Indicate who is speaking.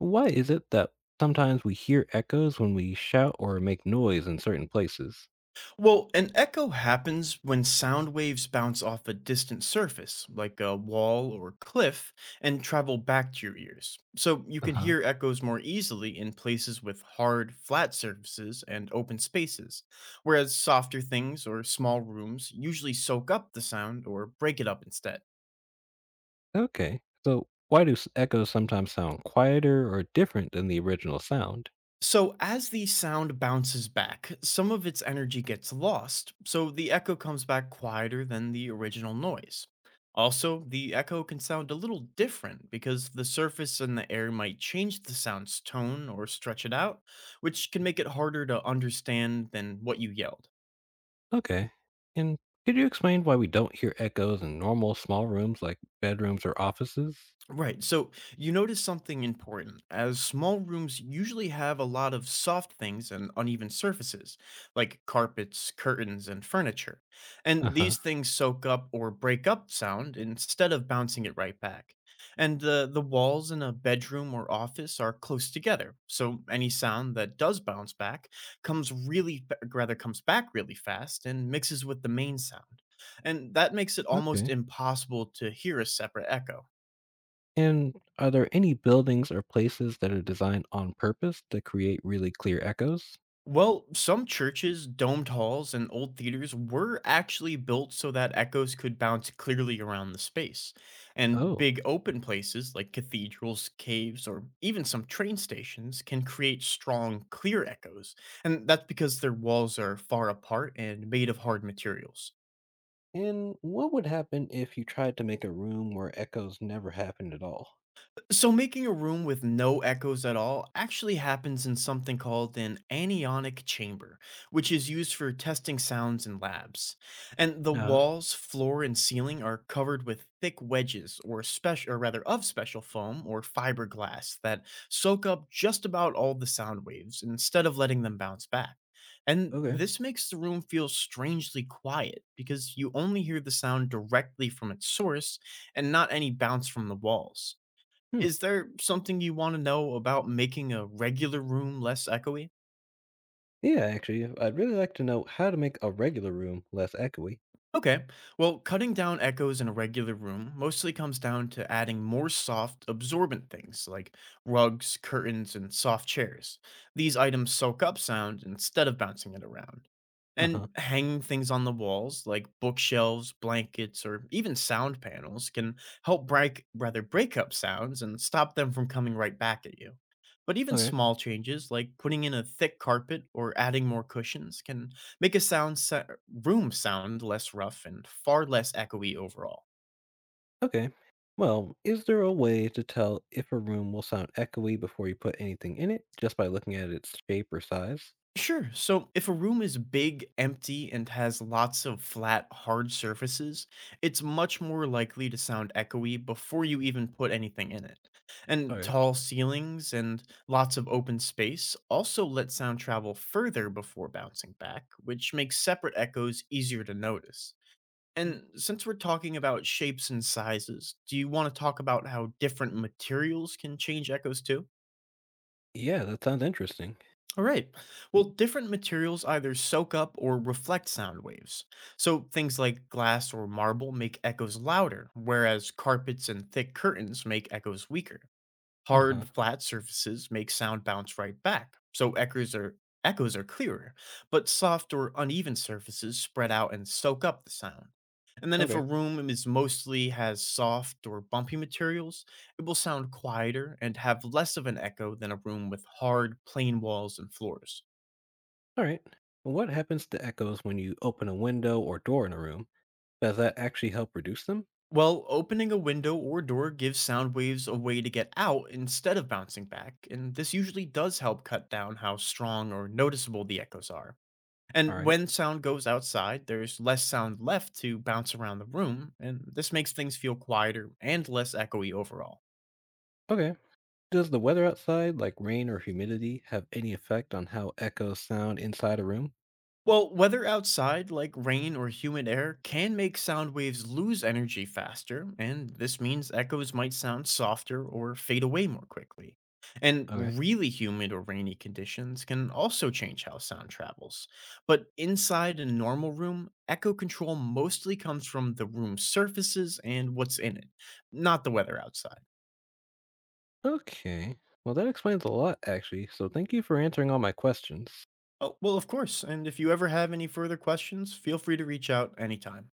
Speaker 1: Why is it that sometimes we hear echoes when we shout or make noise in certain places?
Speaker 2: Well, an echo happens when sound waves bounce off a distant surface, like a wall or cliff, and travel back to your ears. So you
Speaker 1: Uh
Speaker 2: can
Speaker 1: huh.
Speaker 2: hear echoes more easily in places with hard, flat surfaces and open spaces, whereas softer things or small rooms usually soak up the sound or break it up instead.
Speaker 1: Okay. So, why do echoes sometimes sound quieter or different than the original sound?
Speaker 2: So, as the sound bounces back, some of its energy gets lost, so the echo comes back quieter than the original noise. Also, the echo can sound a little different because the surface and the air might change the sound's tone or stretch it out, which can make it harder to understand than what you yelled.
Speaker 1: Okay. And could you explain why we don't hear echoes in normal small rooms like bedrooms or offices?
Speaker 2: Right. So you notice something important, as small rooms usually have a lot of soft things and uneven surfaces, like carpets, curtains, and furniture.
Speaker 1: Uh
Speaker 2: And
Speaker 1: huh.
Speaker 2: these things soak up or break up sound instead of bouncing it right back. And the walls in a bedroom or office are close together, so any sound that does bounce back comes rather comes back really fast and mixes with the main sound. And that makes it almost
Speaker 1: Okay.
Speaker 2: impossible to hear a separate echo.
Speaker 1: And are there any buildings or places that are designed on purpose to create really clear echoes?
Speaker 2: Well, some churches, domed halls, and old theaters were actually built so that echoes could bounce clearly around the space. And
Speaker 1: Oh.
Speaker 2: big open places like cathedrals, caves, or even some train stations can create strong, clear echoes. And that's because their walls are far apart and made of hard materials.
Speaker 1: And what would happen if you tried to make a room where echoes never happened at all?
Speaker 2: So, making a room with no echoes at all actually happens in something called an anionic chamber, which is used for testing sounds in labs. And the
Speaker 1: Uh-huh.
Speaker 2: walls, floor, and ceiling are covered with thick wedges, or rather, of special foam or fiberglass that soak up just about all the sound waves instead of letting them bounce back. And
Speaker 1: Okay.
Speaker 2: this makes the room feel strangely quiet because you only hear the sound directly from its source and not any bounce from the walls.
Speaker 1: Hmm.
Speaker 2: Is there something you wanna know about making a regular room less echoey?
Speaker 1: Yeah, actually, I'd really like to know how to make a regular room less echoey.
Speaker 2: Okay. Well, cutting down echoes in a regular room mostly comes down to adding more soft, absorbent things like rugs, curtains, and soft chairs. These items soak up sound instead of bouncing it around. And
Speaker 1: Uh-huh.
Speaker 2: hanging things on the walls like bookshelves, blankets, or even sound panels can help break rather break up sounds and stop them from coming right back at you. But even
Speaker 1: Okay.
Speaker 2: small changes like putting in a thick carpet or adding more cushions can make a sound sa- room sound less rough and far less echoey overall.
Speaker 1: Okay. Well, is there a way to tell if a room will sound echoey before you put anything in it just by looking at its shape or size?
Speaker 2: Sure. So if a room is big, empty, and has lots of flat, hard surfaces, it's much more likely to sound echoey before you even put anything in it. And
Speaker 1: Okay.
Speaker 2: tall ceilings and lots of open space also let sound travel further before bouncing back, which makes separate echoes easier to notice. And since we're talking about shapes and sizes, do you want to talk about how different materials can change echoes too?
Speaker 1: Yeah, that sounds interesting.
Speaker 2: All right. Well, different materials either soak up or reflect sound waves. So things like glass or marble make echoes louder, whereas carpets and thick curtains make echoes weaker.
Speaker 1: Uh-huh.
Speaker 2: Hard, flat surfaces make sound bounce right back, so echoes are clearer, but soft or uneven surfaces spread out and soak up the sound. And then if a
Speaker 1: Okay.
Speaker 2: room is mostly has soft or bumpy materials, it will sound quieter and have less of an echo than a room with hard, plain walls and floors.
Speaker 1: All right. What happens to echoes when you open a window or door in a room? Does that actually help reduce them?
Speaker 2: Well, opening a window or door gives sound waves a way to get out instead of bouncing back, and this usually does help cut down how strong or noticeable the echoes are.
Speaker 1: All
Speaker 2: And
Speaker 1: right.
Speaker 2: when sound goes outside, there's less sound left to bounce around the room, and this makes things feel quieter and less echoey overall.
Speaker 1: Okay. Does the weather outside, like rain or humidity, have any effect on how echoes sound inside a room?
Speaker 2: Well, weather outside, like rain or humid air, can make sound waves lose energy faster, and this means echoes might sound softer or fade away more quickly. And
Speaker 1: Okay.
Speaker 2: really humid or rainy conditions can also change how sound travels. But inside a normal room, echo control mostly comes from the room's surfaces and what's in it, not the weather outside.
Speaker 1: Okay. Well, that explains a lot, actually. So thank you for answering all my questions.
Speaker 2: Oh, well, of course. And if you ever have any further questions, feel free to reach out anytime.